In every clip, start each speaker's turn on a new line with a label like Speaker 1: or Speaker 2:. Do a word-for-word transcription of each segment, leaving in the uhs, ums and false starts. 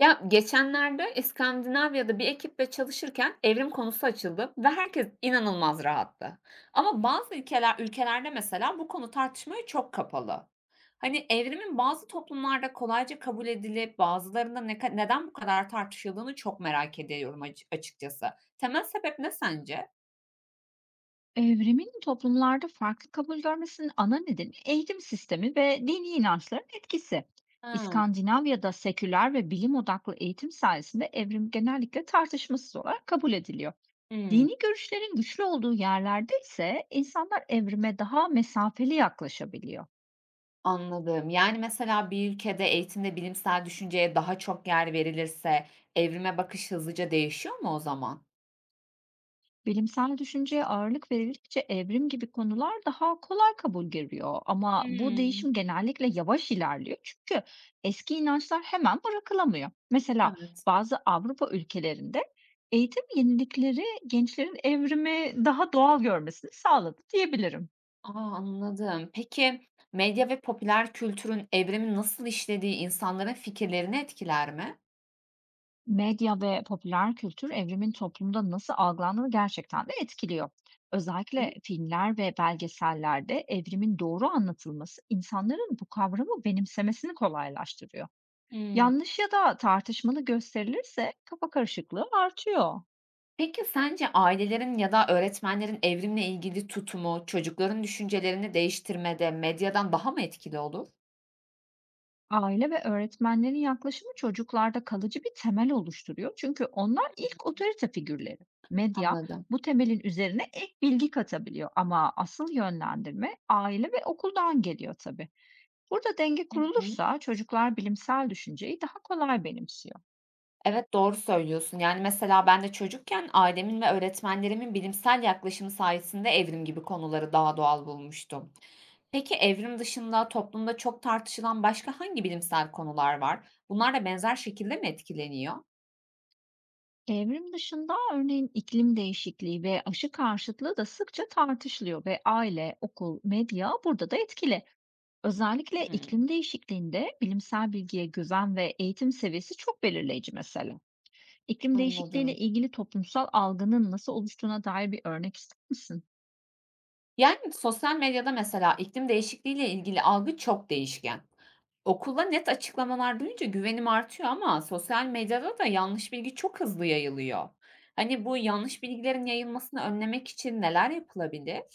Speaker 1: Ya, geçenlerde İskandinavya'da bir ekiple çalışırken evrim konusu açıldı ve herkes inanılmaz rahattı. Ama bazı ülkeler ülkelerde mesela bu konu tartışmaya çok kapalı. Hani evrimin bazı toplumlarda kolayca kabul edilip bazılarında ne ka neden bu kadar tartışıldığını çok merak ediyorum acı açıkçası. Temel sebep ne sence?
Speaker 2: Evrimin toplumlarda farklı kabul görmesinin ana nedeni eğitim sistemi ve dini inançların etkisi.
Speaker 1: Hıı.
Speaker 2: İskandinavya'da seküler ve bilim odaklı eğitim sayesinde evrim genellikle tartışmasız olarak kabul ediliyor.
Speaker 1: Hımm.
Speaker 2: Dini görüşlerin güçlü olduğu yerlerde ise insanlar evrime daha mesafeli yaklaşabiliyor.
Speaker 1: Anladım. Yani, mesela bir ülkede eğitimde bilimsel düşünceye daha çok yer verilirse evrime bakış hızlıca değişiyor mu o zaman?
Speaker 2: Bilimsel düşünceye ağırlık verildikçe evrim gibi konular daha kolay kabul görüyor. Ama bu
Speaker 1: Hıı.
Speaker 2: değişim genellikle yavaş ilerliyor çünkü eski inançlar hemen bırakılamıyor. Mesela
Speaker 1: Evet.
Speaker 2: bazı Avrupa ülkelerinde eğitim yenilikleri gençlerin evrimi daha doğal görmesini sağladı diyebilirim.
Speaker 1: A, anladım. Peki, medya ve popüler kültürün evrimi nasıl işlediği insanların fikirlerini etkiler mi?
Speaker 2: Medya ve popüler kültür evrimin toplumda nasıl algılandığını gerçekten de etkiliyor. Özellikle
Speaker 1: Hı.
Speaker 2: filmler ve belgesellerde evrimin doğru anlatılması insanların bu kavramı benimsemesini kolaylaştırıyor.
Speaker 1: Hımm.
Speaker 2: Yanlış ya da tartışmalı gösterilirse kafa karışıklığı artıyor.
Speaker 1: Peki, sence ailelerin ya da öğretmenlerin evrimle ilgili tutumu çocukların düşüncelerini değiştirmede medyadan daha mı etkili olur?
Speaker 2: Aile ve öğretmenlerin yaklaşımı çocuklarda kalıcı bir temel oluşturuyor. Çünkü onlar ilk otorite figürleri. Medya
Speaker 1: Anladım.
Speaker 2: bu temelin üzerine ek bilgi katabiliyor, ama asıl yönlendirme aile ve okuldan geliyor tabii. Burada denge
Speaker 1: Hı hı.
Speaker 2: kurulursa çocuklar bilimsel düşünceyi daha kolay benimsiyor.
Speaker 1: Evet, doğru söylüyorsun. Yani, mesela ben de çocukken ailemin ve öğretmenlerimin bilimsel yaklaşımı sayesinde evrim gibi konuları daha doğal bulmuştum. Peki evrim dışında toplumda çok tartışılan başka hangi bilimsel konular var? Bunlar da benzer şekilde mi etkileniyor?
Speaker 2: Evrim dışında örneğin iklim değişikliği ve aşı karşıtlığı da sıkça tartışılıyor ve aile, okul, medya burada da etkili. Özellikle
Speaker 1: Hımm.
Speaker 2: iklim değişikliğinde bilimsel bilgiye güven ve eğitim seviyesi çok belirleyici mesela. İklim değişikliğiyle
Speaker 1: Anladım.
Speaker 2: ilgili toplumsal algının nasıl oluştuğuna dair bir örnek ister misin?
Speaker 1: Yani, sosyal medyada mesela iklim değişikliğiyle ilgili algı çok değişken. Okulda net açıklamalar duyunca güvenim artıyor ama sosyal medyada da yanlış bilgi çok hızlı yayılıyor. Hani bu yanlış bilgilerin yayılmasını önlemek için neler yapılabilir?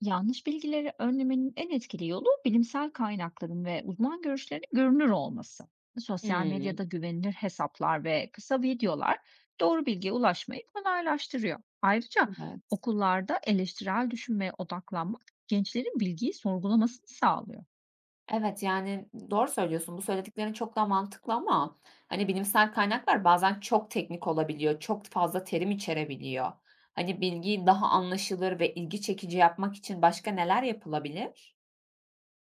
Speaker 2: Yanlış bilgileri önlemenin en etkili yolu bilimsel kaynakların ve uzman görüşlerin görünür olması. Sosyal
Speaker 1: Hımm,
Speaker 2: medyada güvenilir hesaplar ve kısa videolar doğru bilgiye ulaşmayı kolaylaştırıyor. Ayrıca
Speaker 1: evet.
Speaker 2: okullarda eleştirel düşünmeye odaklanmak gençlerin bilgiyi sorgulamasını sağlıyor.
Speaker 1: Evet, yani doğru söylüyorsun. Bu söylediklerin çok daha mantıklı ama hani bilimsel kaynaklar bazen çok teknik olabiliyor, çok fazla terim içerebiliyor. Hani bilgiyi daha anlaşılır ve ilgi çekici yapmak için başka neler yapılabilir?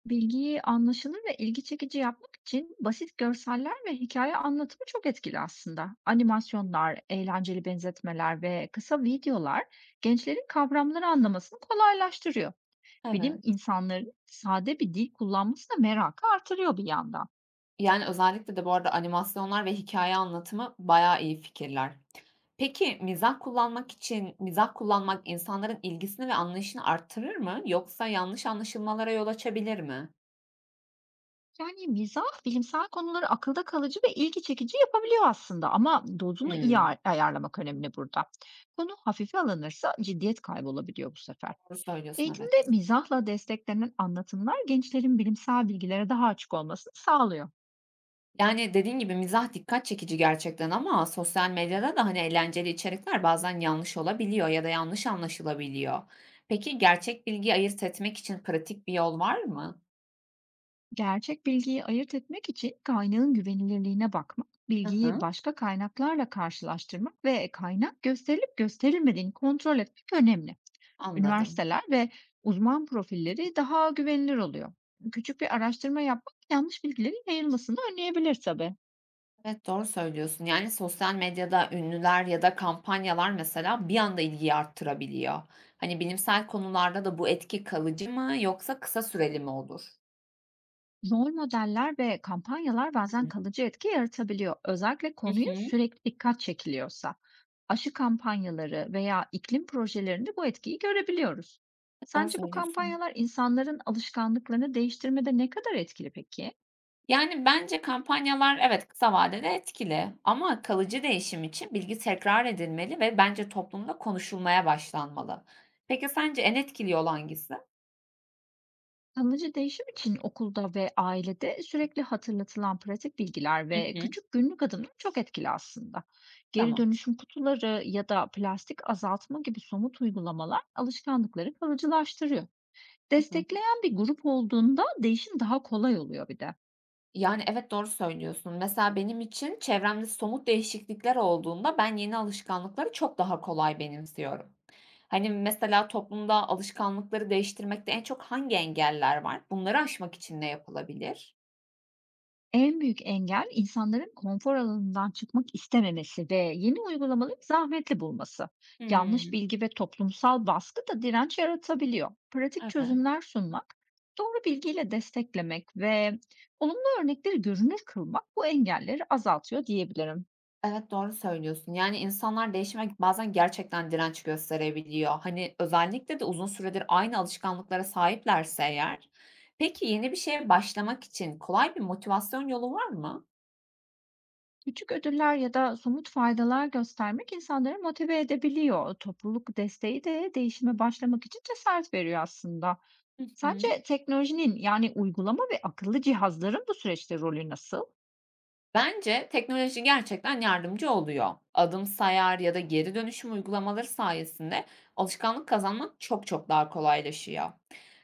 Speaker 2: Bilgiyi anlaşılır ve ilgi çekici yapmak için basit görseller ve hikaye anlatımı çok etkili aslında. Animasyonlar, eğlenceli benzetmeler ve kısa videolar gençlerin kavramları anlamasını kolaylaştırıyor. Bilim
Speaker 1: Evet.
Speaker 2: insanların sade bir dil kullanması da merakı artırıyor bir yandan.
Speaker 1: Yani, özellikle de bu arada animasyonlar ve hikaye anlatımı bayağı iyi fikirler. Peki, mizah kullanmak için mizah kullanmak insanların ilgisini ve anlayışını arttırır mı yoksa yanlış anlaşılmalara yol açabilir mi?
Speaker 2: Yani mizah bilimsel konuları akılda kalıcı ve ilgi çekici yapabiliyor aslında, ama dozunu iyi
Speaker 1: Hımm,
Speaker 2: ay- ayarlamak önemli burada. Konu hafife alınırsa ciddiyet kaybolabiliyor bu sefer.
Speaker 1: doğru söylüyorsun, evet.
Speaker 2: Eğitimde mizahla desteklenen anlatımlar gençlerin bilimsel bilgilere daha açık olmasını sağlıyor.
Speaker 1: Yani, dediğin gibi mizah dikkat çekici gerçekten ama sosyal medyada da, hani, eğlenceli içerikler bazen yanlış olabiliyor ya da yanlış anlaşılabiliyor. Peki, gerçek bilgiyi ayırt etmek için pratik bir yol var mı?
Speaker 2: Gerçek bilgiyi ayırt etmek için kaynağın güvenilirliğine bakmak,
Speaker 1: Hı
Speaker 2: bilgiyi
Speaker 1: hı,
Speaker 2: başka kaynaklarla karşılaştırmak ve kaynak gösterilip gösterilmediğini kontrol etmek önemli.
Speaker 1: anladım.
Speaker 2: Üniversiteler ve uzman profilleri daha güvenilir oluyor. Küçük bir araştırma yapmak yanlış bilgilerin yayılmasını önleyebilir tabii.
Speaker 1: Evet, doğru söylüyorsun. Yani, sosyal medyada ünlüler ya da kampanyalar mesela bir anda ilgiyi arttırabiliyor. Hani, bilimsel konularda da bu etki kalıcı mı yoksa kısa süreli mi olur?
Speaker 2: Rol modeller ve kampanyalar bazen kalıcı etki yaratabiliyor. Özellikle
Speaker 1: Hı
Speaker 2: konuyu
Speaker 1: hı. Evet,
Speaker 2: sürekli dikkat çekiliyorsa. Aşı kampanyaları veya iklim projelerinde bu etkiyi görebiliyoruz.
Speaker 1: doğru
Speaker 2: Sence bu
Speaker 1: söylüyorsun.
Speaker 2: kampanyalar insanların alışkanlıklarını değiştirmede ne kadar etkili peki?
Speaker 1: Yani, bence kampanyalar evet, kısa vadede etkili ama kalıcı değişim için bilgi tekrar edilmeli ve bence toplumda konuşulmaya başlanmalı. Peki sence en etkili yol hangisi?
Speaker 2: Kalıcı değişim için okulda ve ailede sürekli hatırlatılan pratik bilgiler
Speaker 1: Hı
Speaker 2: ve
Speaker 1: hı.
Speaker 2: küçük günlük adımlar çok etkili aslında. Geri
Speaker 1: Tamam.
Speaker 2: dönüşüm kutuları ya da plastik azaltma gibi somut uygulamalar alışkanlıkları kalıcılaştırıyor.
Speaker 1: Hı hı.
Speaker 2: Destekleyen bir grup olduğunda değişim daha kolay oluyor bir de.
Speaker 1: Yani, evet, doğru söylüyorsun. Mesela benim için çevremde somut değişiklikler olduğunda ben yeni alışkanlıkları çok daha kolay benimsiyorum. Hani, mesela toplumda alışkanlıkları değiştirmekte en çok hangi engeller var? Bunları aşmak için ne yapılabilir?
Speaker 2: En büyük engel insanların konfor alanından çıkmak istememesi ve yeni uygulamaları zahmetli bulması. Yanlış
Speaker 1: Hımm.
Speaker 2: bilgi ve toplumsal baskı da direnç yaratabiliyor. Pratik
Speaker 1: Evet.
Speaker 2: çözümler sunmak, doğru bilgiyle desteklemek ve olumlu örnekleri görünür kılmak bu engelleri azaltıyor diyebilirim.
Speaker 1: Evet, doğru söylüyorsun. Yani, insanlar değişime bazen gerçekten direnç gösterebiliyor. Hani, özellikle de uzun süredir aynı alışkanlıklara sahiplerse eğer. Peki, yeni bir şeye başlamak için kolay bir motivasyon yolu var mı?
Speaker 2: Küçük ödüller ya da somut faydalar göstermek insanları motive edebiliyor. Topluluk desteği de değişime başlamak için cesaret veriyor aslında.
Speaker 1: Hı
Speaker 2: Sence
Speaker 1: hı.
Speaker 2: teknolojinin, yani, uygulama ve akıllı cihazların bu süreçte rolü nasıl?
Speaker 1: Bence teknoloji gerçekten yardımcı oluyor. Adım sayar ya da geri dönüşüm uygulamaları sayesinde alışkanlık kazanmak çok çok daha kolaylaşıyor.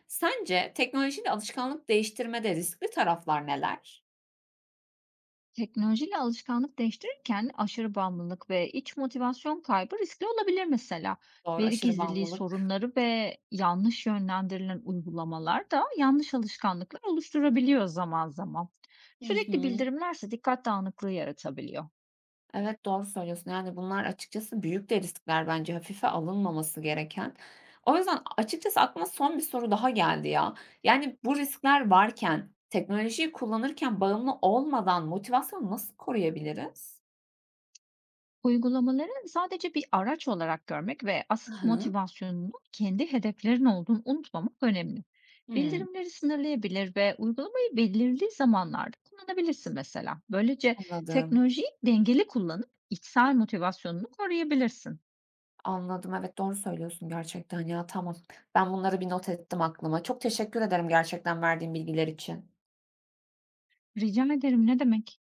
Speaker 1: Sence teknolojiyle alışkanlık değiştirmede riskli taraflar neler?
Speaker 2: Teknolojiyle alışkanlık değiştirirken aşırı bağımlılık ve iç motivasyon kaybı riskli olabilir mesela.
Speaker 1: Doğru
Speaker 2: Veri
Speaker 1: aşırı
Speaker 2: gizliliği
Speaker 1: bağımlılık.
Speaker 2: sorunları ve yanlış yönlendirilen uygulamalar da yanlış alışkanlıklar oluşturabiliyor zaman zaman.
Speaker 1: Hı
Speaker 2: Sürekli
Speaker 1: hı.
Speaker 2: bildirimlerse dikkat dağınıklığı yaratabiliyor.
Speaker 1: Evet, doğru söylüyorsun. Yani, bunlar açıkçası büyük de riskler bence hafife alınmaması gereken. O yüzden açıkçası aklıma son bir soru daha geldi ya. Yani, bu riskler varken, teknolojiyi kullanırken bağımlı olmadan motivasyonu nasıl koruyabiliriz?
Speaker 2: Uygulamaları sadece bir araç olarak görmek ve
Speaker 1: Hı
Speaker 2: asıl
Speaker 1: hı.
Speaker 2: motivasyonunu kendi hedeflerin olduğunu unutmamak önemli. Bildirimleri sınırlayabilir ve uygulamayı belirli zamanlarda kullanabilirsin mesela. Böylece
Speaker 1: anladım,
Speaker 2: teknolojiyi dengeli kullanıp içsel motivasyonunu koruyabilirsin.
Speaker 1: Anladım. Evet, doğru söylüyorsun gerçekten ya. Tamam. Ben bunları bir not ettim aklıma. Çok teşekkür ederim gerçekten verdiğin bilgiler için.
Speaker 2: Rica ederim, ne demek?